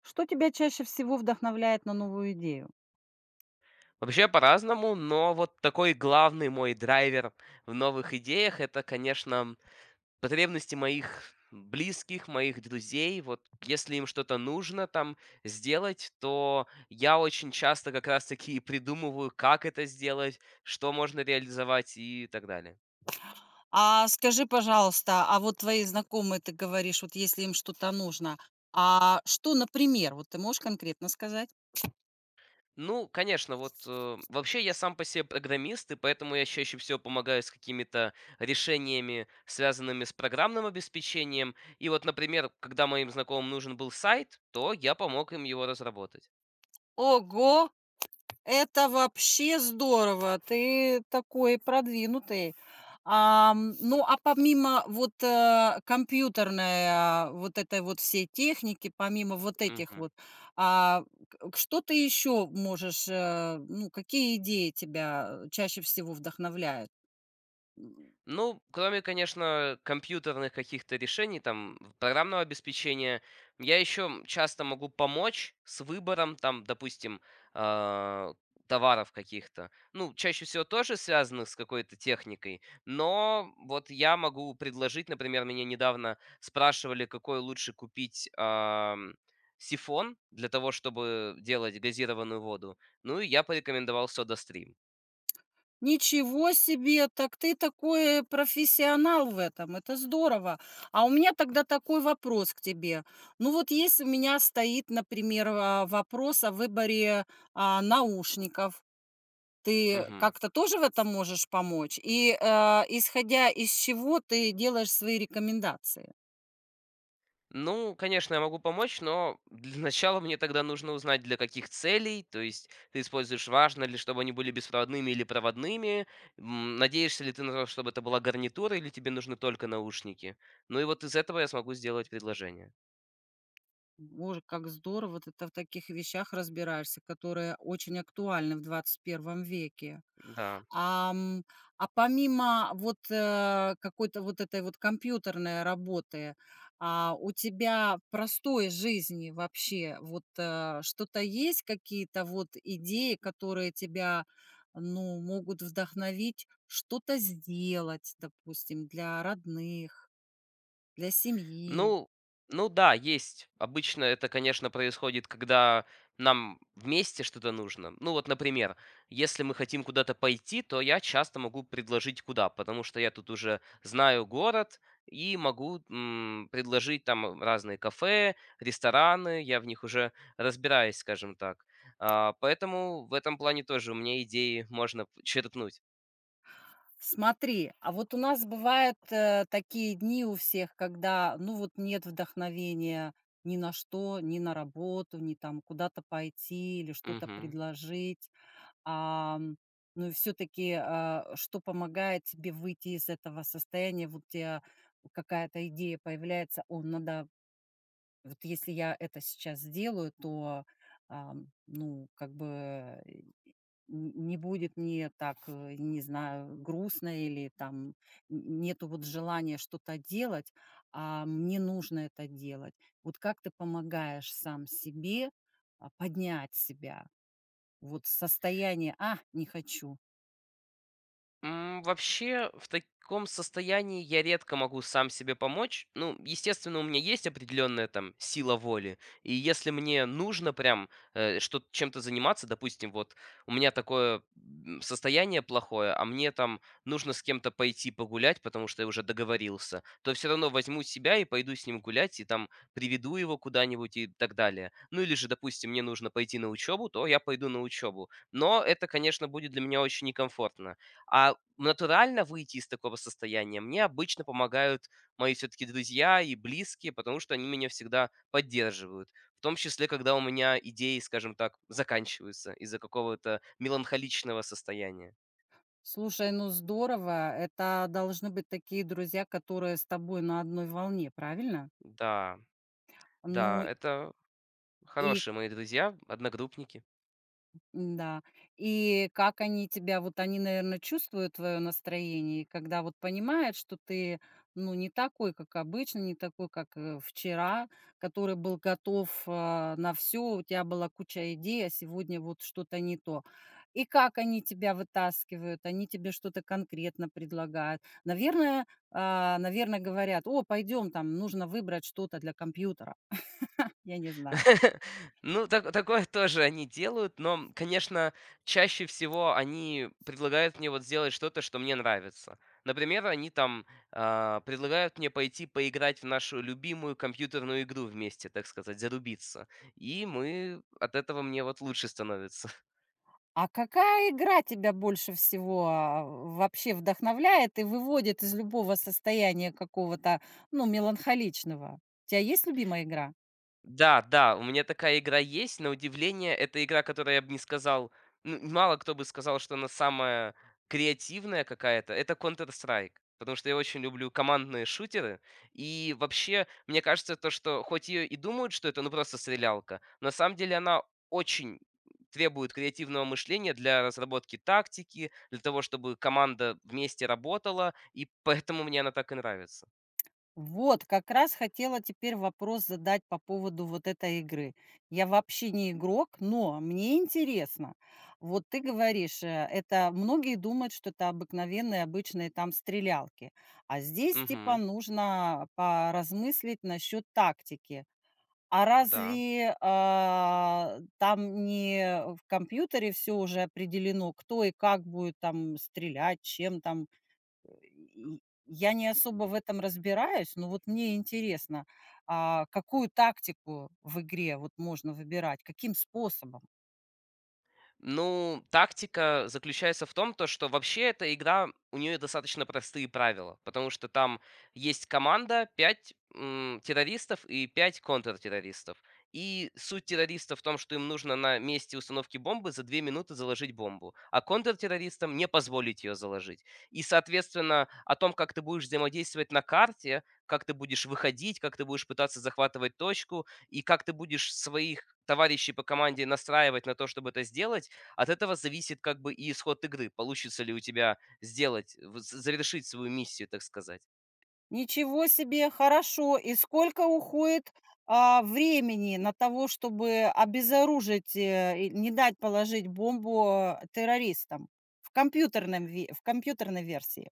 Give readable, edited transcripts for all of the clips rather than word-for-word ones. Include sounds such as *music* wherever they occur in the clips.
Что тебя чаще всего вдохновляет на новую идею? Вообще по-разному, но вот такой главный мой драйвер в новых идеях- это, конечно, потребности моих близких, моих друзей. Вот если им что-то нужно там сделать, то я очень часто как раз таки и придумываю, как это сделать, что можно реализовать и так далее. А скажи, пожалуйста, а вот твои знакомые, ты говоришь, вот если им что-то нужно, а что, например, вот ты можешь конкретно сказать? Ну, конечно, вот вообще я сам по себе программист, и поэтому я чаще всего помогаю с какими-то решениями, связанными с программным обеспечением. И вот, например, когда моим знакомым нужен был сайт, то я помог им его разработать. Ого, это вообще здорово, ты такой продвинутый. Ну, а помимо вот, компьютерной, вот этой вот всей техники, помимо вот этих Мгм. вот, а, что ты еще можешь, ну, какие идеи тебя, чаще всего вдохновляют? М, Ну, кроме, конечно, компьютерных каких-то решений, там, в- программного обеспечения, я еще часто могу помочь с выбором, там, допустим, а, товаров каких-то. Ну, чаще всего тоже связанных с какой-то техникой, но вот я могу предложить, например, меня недавно спрашивали, какой лучше купить сифон для того, чтобы делать газированную воду. Ну, и я порекомендовал SodaStream. Ничего себе, так ты такой профессионал в этом, это здорово. А у меня тогда такой вопрос к тебе. Ну, вот если у меня стоит, например, вопрос о выборе, наушников, ты Мгм. как-то тоже в этом можешь помочь? И, исходя из чего ты делаешь свои рекомендации? Ну, конечно, я могу помочь, но для начала мне тогда нужно узнать, для каких целей. То есть ты используешь, важно ли, чтобы они были беспроводными или проводными. Надеешься ли ты на то, чтобы это была гарнитура, или тебе нужны только наушники. Ну и вот из этого я смогу сделать предложение. Боже, как здорово, ты та в таких вещах разбираешься, которые очень актуальны в XXI веке. Да. Ам, а помимо вот, какой-то вот этой вот компьютерной работы, у тебя в простой жизни вообще вот, что-то есть, какие-то вот идеи, которые тебя, ну, могут вдохновить что-то сделать, допустим, для родных, для семьи? Ну ну да, есть. Обычно это, конечно, происходит, когда нам вместе что-то нужно. Ну вот, например, если мы хотим куда-то пойти, то я часто могу предложить куда, потому что я тут уже знаю город и могу предложить там разные кафе, рестораны, я в них уже разбираюсь, скажем так. Поэтому в этом плане тоже у меня идеи можно черпнуть. Смотри, а вот у нас бывают, такие дни у всех, когда, ну, вот нет вдохновения ни на что, ни на работу, ни там куда-то пойти или что-то Мгм. предложить. Ам, ну и все таки что помогает тебе выйти из этого состояния? Вот у тя какая-то идея появляется: "О, надо вот если я это сейчас сделаю, то, ну, как бы Н не будет мне так, не знаю, грустно или там н нету вот желания что-то делать, а мне нужно это делать. Вот как ты помогаешь сам себе, поднять себя? Вот состояние: "А, не хочу". Вообще, в таком состоянии я редко могу сам себе помочь. Ну, естественно, у меня есть определенная там сила воли. И если мне нужно прям что чем-то заниматься, допустим, вот у меня такое состояние плохое, а мне там нужно с кем-то пойти погулять, потому что я уже договорился, то все равно возьму себя и пойду с ним гулять, и там приведу его куда-нибудь и так далее. Ну или же, допустим, мне нужно пойти на учебу, то я пойду на учебу. Но это, конечно, будет для меня очень некомфортно. А натурально выйти из такого состояния мне обычно помогают мои все-таки друзья и близкие, потому что они меня всегда поддерживают. В том числе, когда у меня идеи, скажем так, заканчиваются из-за какого-то меланхоличного состояния. Слушай, ну здорово, это должны быть такие друзья, которые с тобой на одной волне, правильно? Да, Ну да, это и хорошие мои друзья, одногруппники. да. И как они тебя Вот они, наверное, чувствуют твое настроение, и когда вот понимают, что ты, ну, не такой, как обычно, не такой, как, вчера, который был готов, на все, у тебя была куча идей, а сегодня вот что-то не то. И как они тебя вытаскивают? Они тебе что-то конкретно предлагают? Наверное, наверное, говорят: "О, пойдем, там нужно выбрать что-то для компьютера". *laughs* Я не знаю. *laughs* Ну, такое тоже они делают, но, конечно, чаще всего они предлагают мне вот сделать что-то, что мне нравится. Например, они там предлагают мне пойти поиграть в нашу любимую компьютерную игру вместе, так сказать, зарубиться. И мы от этого мне вот лучше становится. А какая игра тебя больше всего, вообще вдохновляет и выводит из любого состояния какого-то, ну, меланхоличного? У тебя есть любимая игра? Да, да, у меня такая игра есть. На удивление, это игра, которая, я бы не сказал, ну, мало кто бы сказал, что она самая креативная какая-то. Это Counter-Strike, потому что я очень люблю командные шутеры. И вообще, мне кажется, то, что хоть ее и думают, что это ну просто стрелялка, на самом деле она очень требует креативного мышления для разработки тактики, для того, чтобы команда вместе работала, и поэтому мне она так и нравится. Вот, как раз хотела теперь вопрос задать по поводу вот этой игры. Я вообще не игрок, но мне интересно. Вот ты говоришь, это многие думают, что это обыкновенные, обычные там стрелялки. А здесь типа Угу. нужно поразмыслить насчет тактики. А Да. разве, там не в компьютере все уже определено, кто и как будет там стрелять, чем там? И я не особо в этом разбираюсь, но вот мне интересно, какую тактику в игре вот можно выбирать, каким способом? Ну, тактика заключается в том, то, что вообще эта игра, у нее достаточно простые правила, потому что там есть команда 5 террористов и 5 контртеррористов. И суть террористов в том, что им нужно на месте установки бомбы за 2 минуты заложить бомбу, а контртеррористам не позволить ее заложить. И, соответственно, о том, как ты будешь взаимодействовать на карте, как ты будешь выходить, как ты будешь пытаться захватывать точку, и как ты будешь своих товарищей по команде настраивать на то, чтобы это сделать, от этого зависит как бы и исход игры. Получится ли у тебя сделать, в- завершить свою миссию, так сказать. Ничего себе, хорошо. И сколько уходит, времени на того, чтобы обезоружить, и не дать положить бомбу, террористам в компьютерном ве в компьютерной версии?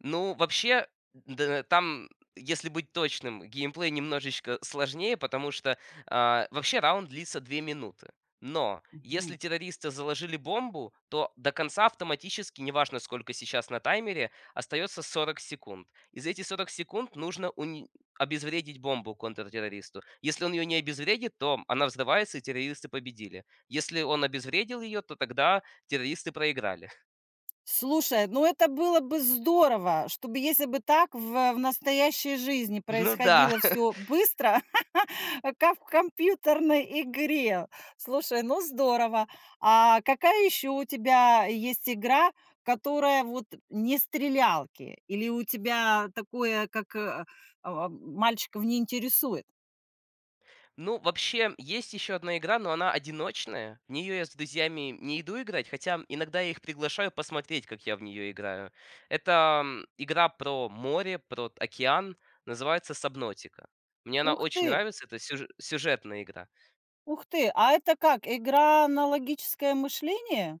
Ну, вообще, д там, если быть точным, геймплей немножечко сложнее, потому что, вообще раунд длится 2 минуты. Но Мгм. если террористы заложили бомбу, то до конца автоматически, неважно, сколько сейчас на таймере, остается 40 секунд. Из этих 40 секунд нужно уни обезвредить бомбу контртеррористу. Если он ее не обезвредит, то она взрывается, и террористы победили. Если он обезвредил ее, то тогда террористы проиграли. *laughs* Слушай, ну это было бы здорово, чтобы если бы так в настоящей жизни Ну да. происходило все быстро, *laughs* как в компьютерной игре. Слушай, ну здорово. А какая еще у тебя есть игра, которая вот не стрелялки? Или у тебя такое, как, мальчиков не интересует? Ну, вообще, есть еще одна игра, но она одиночная. В нее я с друзьями не иду играть, хотя иногда я их приглашаю посмотреть, как я в нее играю. Это игра про море, про океан, называется Сабнотика. Мне она Ух очень ты, нравится, это сюж- сюжетная игра. ух ты, а это как, игра на логическое мышление?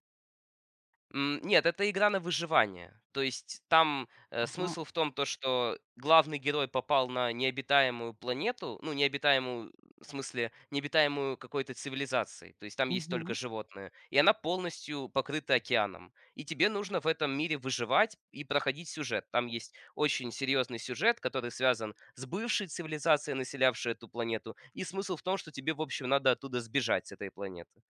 Нет, это игра на выживание. То есть там, Ага, смысл в том, то что главный герой попал на необитаемую планету, ну, необитаемую, в смысле, необитаемую какой-то цивилизацией, то есть там есть только мгм. животные, и она полностью покрыта океаном. И тебе нужно в этом мире выживать и проходить сюжет. Там есть очень серьезный сюжет, который связан с бывшей цивилизацией, населявшей эту планету, и смысл в том, что тебе, в общем, надо оттуда сбежать с этой планеты.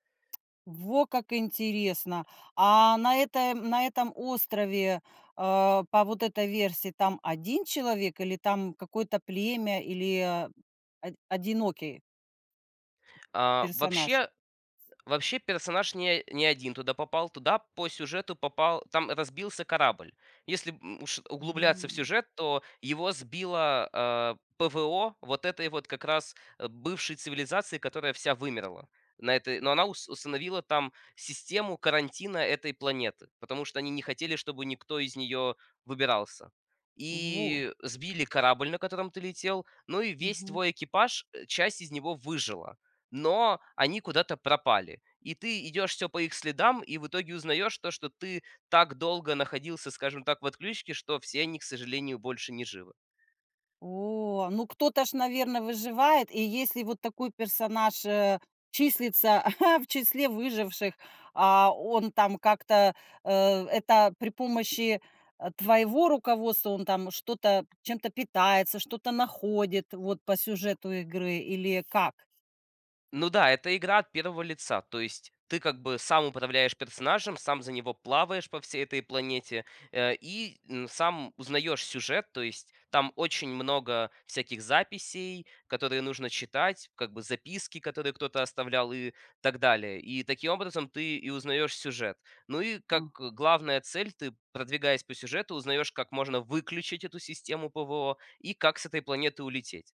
Во как интересно! А на это на этом острове, по вот этой версии, там один человек или там какое-то племя или, а, од одинокий А, персонаж? вообще, Вообще персонаж не один туда попал, туда по сюжету попал, там разбился корабль. Если уж углубляться в М. сюжет, то его сбило ПВО вот этой вот как раз бывшей цивилизации, которая вся вымерла. На этой, но она ус- установила там систему карантина этой планеты, потому что они не хотели, чтобы никто из нее выбирался. Во. И сбили корабль, на котором ты летел, ну и весь Мгм. твой экипаж, часть из него выжила, но они куда-то пропали. И ты идешь все по их следам, и в итоге узнаешь то, что ты так долго находился, скажем так, в отключке, что все они, к сожалению, больше не живы. О, ну кто-то ж, наверное, выживает. И если вот такой персонаж, числится *laughs* в числе выживших, а он там как-то, это при помощи, твоего руководства он там что-то чем-то питается, что-то находит вот по сюжету игры или как? Ну да, это игра от первого лица, то есть ты как бы сам управляешь персонажем, сам за него плаваешь по всей этой планете и сам узнаешь сюжет, то есть там очень много всяких записей, которые нужно читать, как бы записки, которые кто-то оставлял и так далее. И таким образом ты и узнаешь сюжет. Ну и как А. Главная цель, ты продвигаясь по сюжету, узнаешь, как можно выключить эту систему ПВО и как с этой планеты улететь.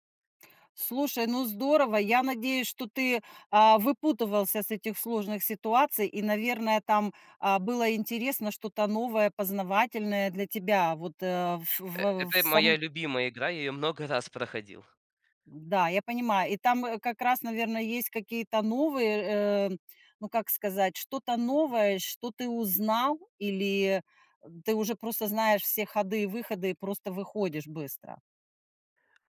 Слушай, ну здорово. Я надеюсь, что ты выпутывался с этих сложных ситуаций, и, наверное, там было интересно что-то новое, познавательное для тебя. Вот Э, это моя любимая игра, я ее много раз проходил. Да, я понимаю. И там как раз, наверное, есть какие-то новые, ну как сказать, что-то новое, что ты узнал, или ты уже просто знаешь все ходы и выходы и просто выходишь быстро.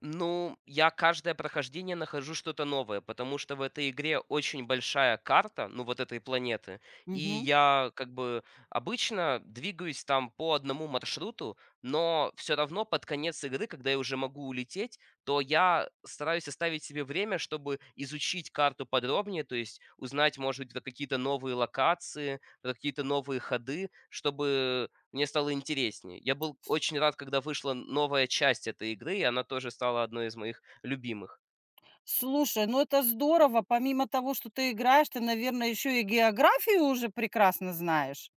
Ну, я каждое прохождение нахожу что-то новое, потому что в этой игре очень большая карта, ну, вот этой планеты, и Мгм. я как бы обычно двигаюсь там по одному маршруту, но все равно под конец игры, когда я уже могу улететь, то я стараюсь оставить себе время, чтобы изучить карту подробнее, то есть узнать, может быть, про какие-то новые локации, про какие-то новые ходы, чтобы мне стало интереснее. Я был очень рад, когда вышла новая часть этой игры, и она тоже стала одной из моих любимых. Слушай, ну это здорово. Помимо того, что ты играешь, ты, наверное, еще и географию уже прекрасно знаешь.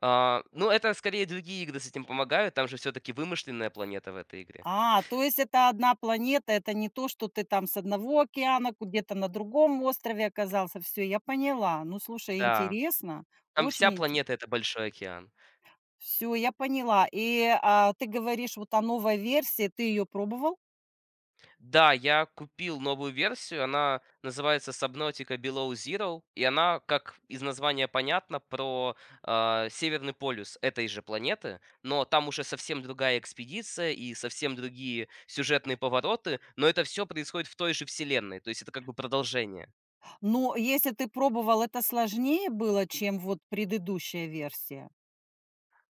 Ну, это скорее другие игры с этим помогают, там же все таки вымышленная планета в этой игре. А, то есть это одна планета, это не то, что ты там с одного океана где-то на другом острове оказался. Все, я поняла. Ну, слушай, Да, интересно, там вся очень интересно. планета- это большой океан. Все, я поняла. И ты говоришь вот о новой версии, ты ее пробовал? Да, я купил новую версию, она называется Subnautica Below Zero, и она, как из названия понятно, про Северный полюс этой же планеты, но там уже совсем другая экспедиция и совсем другие сюжетные повороты, но это все происходит в той же вселенной, то есть это как бы продолжение. Но если ты пробовал, это сложнее было, чем вот предыдущая версия.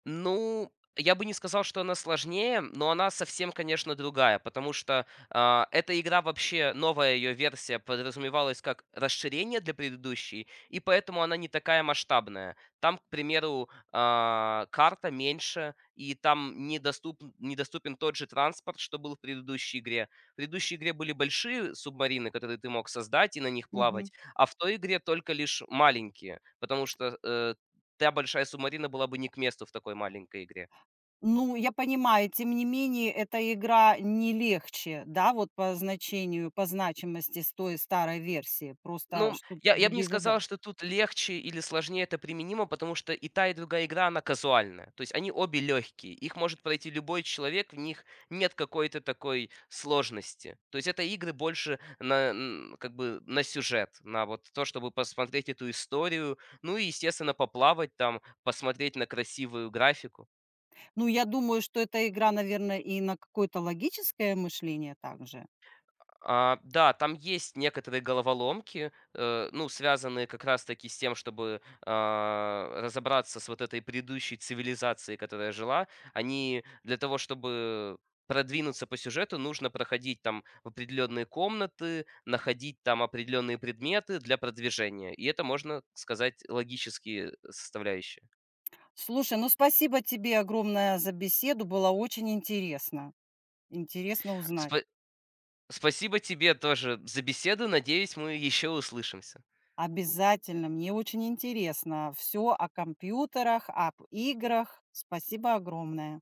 Ну, я бы не сказал, что она сложнее, но она совсем, конечно, другая, потому что эта игра вообще, новая ее версия, подразумевалась как расширение для предыдущей, и поэтому она не такая масштабная. Там, к примеру, карта меньше, и там недоступен тот же транспорт, что был в предыдущей игре. В предыдущей игре были большие субмарины, которые ты мог создать и на них плавать, а в той игре только лишь маленькие, потому что та большая субмарина была бы не к месту в такой маленькой игре. Ну, я понимаю, тем не менее, эта игра не легче, да, вот по значению, по значимости с той старой версии, просто Ну, что я бы не другие сказал, задачи. что тут легче или сложнее это применимо, потому что и та, и другая игра, она казуальная. То есть они обе легкие, их может пройти любой человек, в них нет какой-то такой сложности. То есть это игры больше на н как бы на сюжет, на вот то, чтобы посмотреть эту историю, ну и, естественно, поплавать там, посмотреть на красивую графику. Ну, я думаю, что эта игра, наверное, и на какое-то логическое мышление также. Да, там есть некоторые головоломки, ну, связанные как раз-таки с тем, чтобы разобраться с вот этой предыдущей цивилизацией, которая жила. Они для того, чтобы продвинуться по сюжету, нужно проходить там определенные комнаты, находить там определенные предметы для продвижения. И это, можно сказать, логические составляющие. Слушай, ну спасибо тебе огромное за беседу, было очень интересно. Интересно узнать. Спа- спасибо тебе тоже за беседу. Надеюсь, мы еще услышимся. Обязательно, мне очень интересно все о компьютерах, об играх. Спасибо огромное.